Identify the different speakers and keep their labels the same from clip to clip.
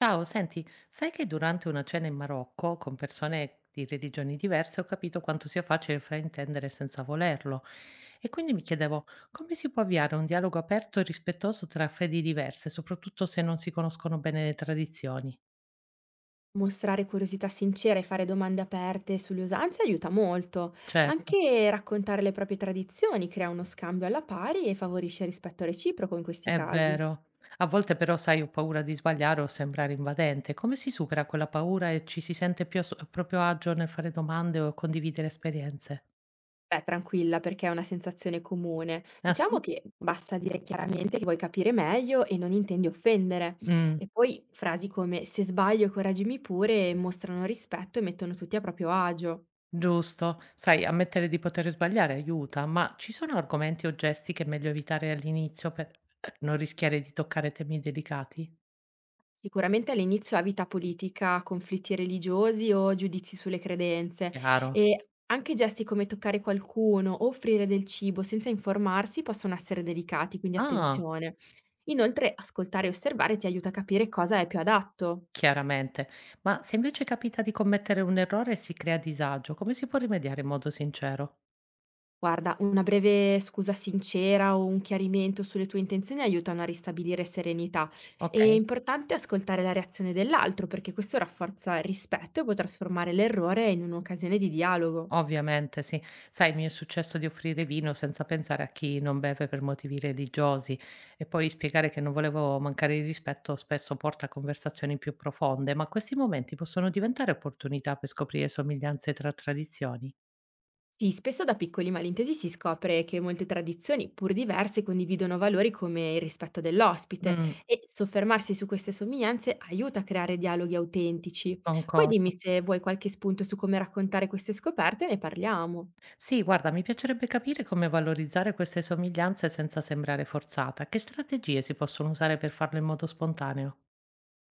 Speaker 1: Ciao, senti, sai che durante una cena in Marocco con persone di religioni diverse ho capito quanto sia facile fraintendere senza volerlo. E quindi mi chiedevo come si può avviare un dialogo aperto e rispettoso tra fedi diverse, soprattutto se non si conoscono bene le tradizioni.
Speaker 2: Mostrare curiosità sincera e fare domande aperte sulle usanze aiuta molto.
Speaker 1: Certo,
Speaker 2: Anche raccontare le proprie tradizioni crea uno scambio alla pari e favorisce il rispetto reciproco in questi
Speaker 1: è
Speaker 2: casi.
Speaker 1: vero. A volte però, sai, ho paura di sbagliare o sembrare invadente. Come si supera quella paura e ci si sente più a proprio agio nel fare domande o condividere esperienze?
Speaker 2: Beh, tranquilla, perché è una sensazione comune.
Speaker 1: Ah
Speaker 2: Diciamo
Speaker 1: sì?
Speaker 2: che basta dire chiaramente che vuoi capire meglio e non intendi offendere.
Speaker 1: Mm.
Speaker 2: E poi frasi come se sbaglio, coraggimi pure mostrano rispetto e mettono tutti a proprio agio.
Speaker 1: Giusto. Sai, ammettere di poter sbagliare aiuta, ma ci sono argomenti o gesti che è meglio evitare all'inizio per non rischiare di toccare temi delicati?
Speaker 2: Sicuramente all'inizio evita politica, conflitti religiosi o giudizi sulle credenze
Speaker 1: Chiaro.
Speaker 2: e anche gesti come toccare qualcuno o offrire del cibo senza informarsi possono essere delicati, quindi
Speaker 1: Ah,
Speaker 2: attenzione. Inoltre, ascoltare e osservare ti aiuta a capire cosa è più adatto.
Speaker 1: chiaramente. Ma se invece capita di commettere un errore e si crea disagio, come si può rimediare in modo sincero?
Speaker 2: Guarda, una breve scusa sincera o un chiarimento sulle tue intenzioni aiutano a ristabilire serenità. È
Speaker 1: Ok.
Speaker 2: importante ascoltare la reazione dell'altro perché questo rafforza il rispetto e può trasformare l'errore in un'occasione di dialogo.
Speaker 1: Ovviamente sì. Sai, mi è successo di offrire vino senza pensare a chi non beve per motivi religiosi e poi spiegare che non volevo mancare di rispetto spesso porta a conversazioni più profonde, ma questi momenti possono diventare opportunità per scoprire somiglianze tra tradizioni.
Speaker 2: Sì, spesso da piccoli malintesi si scopre che molte tradizioni, pur diverse, condividono valori come il rispetto dell'ospite
Speaker 1: Mm,
Speaker 2: e soffermarsi su queste somiglianze aiuta a creare dialoghi autentici. Poi dimmi
Speaker 1: concordo.
Speaker 2: se vuoi qualche spunto su come raccontare queste scoperte, ne parliamo.
Speaker 1: Sì, guarda, mi piacerebbe capire come valorizzare queste somiglianze senza sembrare forzata. Che strategie si possono usare per farlo in modo spontaneo?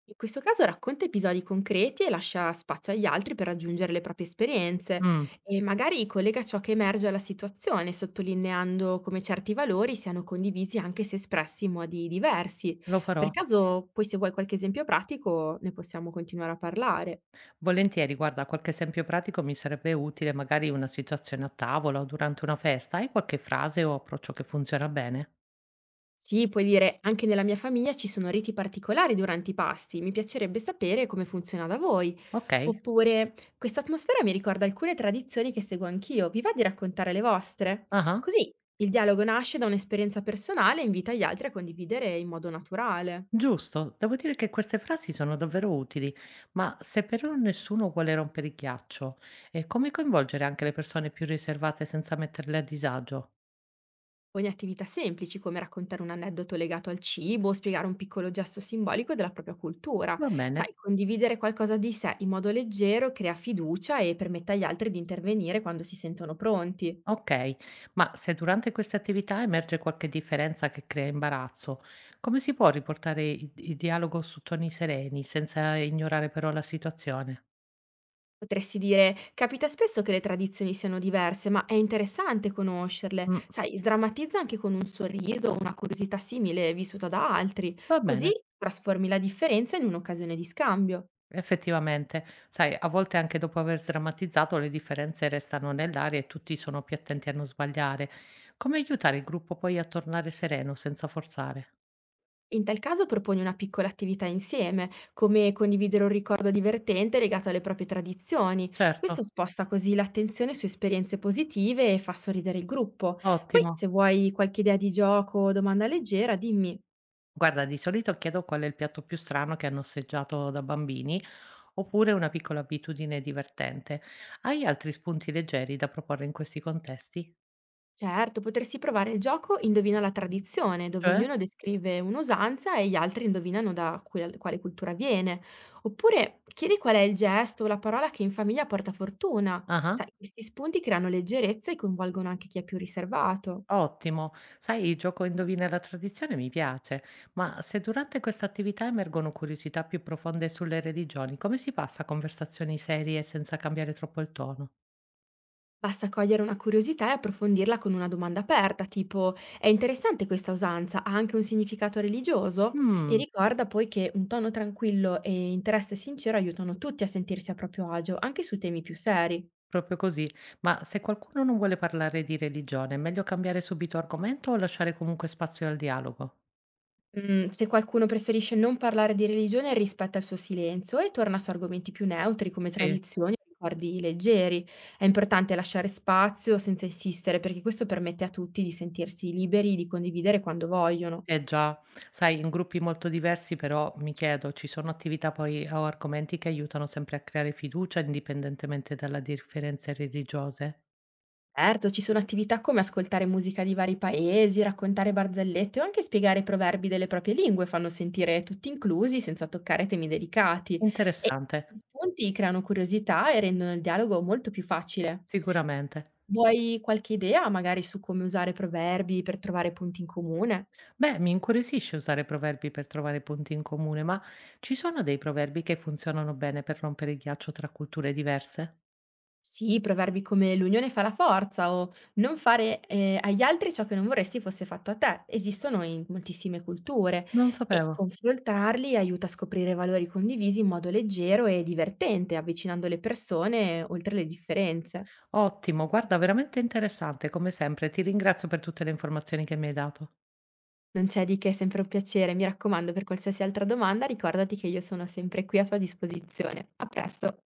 Speaker 2: In questo caso racconta episodi concreti e lascia spazio agli altri per aggiungere le proprie esperienze
Speaker 1: Mm,
Speaker 2: e magari collega ciò che emerge alla situazione, sottolineando come certi valori siano condivisi anche se espressi in modi diversi.
Speaker 1: lo
Speaker 2: Per
Speaker 1: farò.
Speaker 2: caso, poi se vuoi qualche esempio pratico, ne possiamo continuare a parlare.
Speaker 1: Volentieri, guarda, qualche esempio pratico mi sarebbe utile, magari una situazione a tavola o durante una festa. Hai qualche frase o approccio che funziona bene?
Speaker 2: Sì, puoi dire, anche nella mia famiglia ci sono riti particolari durante i pasti, mi piacerebbe sapere come funziona da voi.
Speaker 1: Ok,
Speaker 2: Oppure, questa atmosfera mi ricorda alcune tradizioni che seguo anch'io, vi va di raccontare le vostre?
Speaker 1: ah,
Speaker 2: Così il dialogo nasce da un'esperienza personale e invita gli altri a condividere in modo naturale.
Speaker 1: giusto. Devo dire che queste frasi sono davvero utili, ma se però nessuno vuole rompere il ghiaccio, come coinvolgere anche le persone più riservate senza metterle a disagio?
Speaker 2: Proponi attività semplici come raccontare un aneddoto legato al cibo o spiegare un piccolo gesto simbolico della propria cultura.
Speaker 1: Va bene.
Speaker 2: Sai, condividere qualcosa di sé in modo leggero crea fiducia e permette agli altri di intervenire quando si sentono pronti.
Speaker 1: Okay, ma se durante queste attività emerge qualche differenza che crea imbarazzo, come si può riportare il dialogo su toni sereni senza ignorare però la situazione?
Speaker 2: Potresti dire, capita spesso che le tradizioni siano diverse, ma è interessante conoscerle.
Speaker 1: Mh,
Speaker 2: Sai, sdrammatizza anche con un sorriso o una curiosità simile vissuta da altri,
Speaker 1: va
Speaker 2: così
Speaker 1: bene,
Speaker 2: trasformi la differenza in un'occasione di scambio.
Speaker 1: effettivamente. Sai, a volte anche dopo aver sdrammatizzato le differenze restano nell'aria e tutti sono più attenti a non sbagliare. Come aiutare il gruppo poi a tornare sereno senza forzare?
Speaker 2: In tal caso proponi una piccola attività insieme, come condividere un ricordo divertente legato alle proprie tradizioni.
Speaker 1: Certo,
Speaker 2: Questo sposta così l'attenzione su esperienze positive e fa sorridere il gruppo. Poi,
Speaker 1: ottimo.
Speaker 2: se vuoi qualche idea di gioco o domanda leggera, dimmi.
Speaker 1: Guarda, di solito chiedo qual è il piatto più strano che hanno assaggiato da bambini, oppure una piccola abitudine divertente. Hai altri spunti leggeri da proporre in questi contesti?
Speaker 2: Certo, potresti provare il gioco Indovina la tradizione, dove
Speaker 1: Cioè?
Speaker 2: ognuno descrive un'usanza e gli altri indovinano da quale cultura viene. Oppure chiedi qual è il gesto o la parola che in famiglia porta fortuna.
Speaker 1: Ah-ah,
Speaker 2: Sai, questi spunti creano leggerezza e coinvolgono anche chi è più riservato.
Speaker 1: ottimo. Sai, il gioco indovina la tradizione mi piace, ma se durante questa attività emergono curiosità più profonde sulle religioni, come si passa a conversazioni serie senza cambiare troppo il tono?
Speaker 2: Basta cogliere una curiosità e approfondirla con una domanda aperta, tipo è interessante questa usanza, ha anche un significato religioso? E
Speaker 1: Mh,
Speaker 2: ricorda poi che un tono tranquillo e interesse sincero aiutano tutti a sentirsi a proprio agio, anche su temi più seri.
Speaker 1: proprio così. Ma se qualcuno non vuole parlare di religione, è meglio cambiare subito argomento o lasciare comunque spazio al dialogo?
Speaker 2: Mhmm, se qualcuno preferisce non parlare di religione rispetta il suo silenzio e torna su argomenti più neutri come
Speaker 1: Sì.
Speaker 2: tradizioni o ricordi leggeri. È importante lasciare spazio senza insistere perché questo permette a tutti di sentirsi liberi di condividere quando vogliono.
Speaker 1: Eh già, sai, in gruppi molto diversi però mi chiedo, ci sono attività poi o argomenti che aiutano sempre a creare fiducia indipendentemente dalle differenze religiose?
Speaker 2: Certo, ci sono attività come ascoltare musica di vari paesi, raccontare barzellette o anche spiegare i proverbi delle proprie lingue, fanno sentire tutti inclusi senza toccare temi delicati e
Speaker 1: Interessante,
Speaker 2: gli spunti creano curiosità e rendono il dialogo molto più facile.
Speaker 1: sicuramente.
Speaker 2: Vuoi qualche idea magari su come usare proverbi per trovare punti in comune?
Speaker 1: Beh, mi incuriosisce usare proverbi per trovare punti in comune, ma ci sono dei proverbi che funzionano bene per rompere il ghiaccio tra culture diverse?
Speaker 2: Sì, proverbi come l'unione fa la forza o non fare agli altri ciò che non vorresti fosse fatto a te. Esistono in moltissime culture
Speaker 1: Non
Speaker 2: e
Speaker 1: sapevo.
Speaker 2: confrontarli aiuta a scoprire valori condivisi in modo leggero e divertente, avvicinando le persone oltre le differenze.
Speaker 1: Ottimo, guarda, veramente interessante, come sempre. Ti ringrazio per tutte le informazioni che mi hai dato.
Speaker 2: Non c'è di che, è sempre un piacere. Mi raccomando, per qualsiasi altra domanda ricordati che io sono sempre qui a tua disposizione. A presto!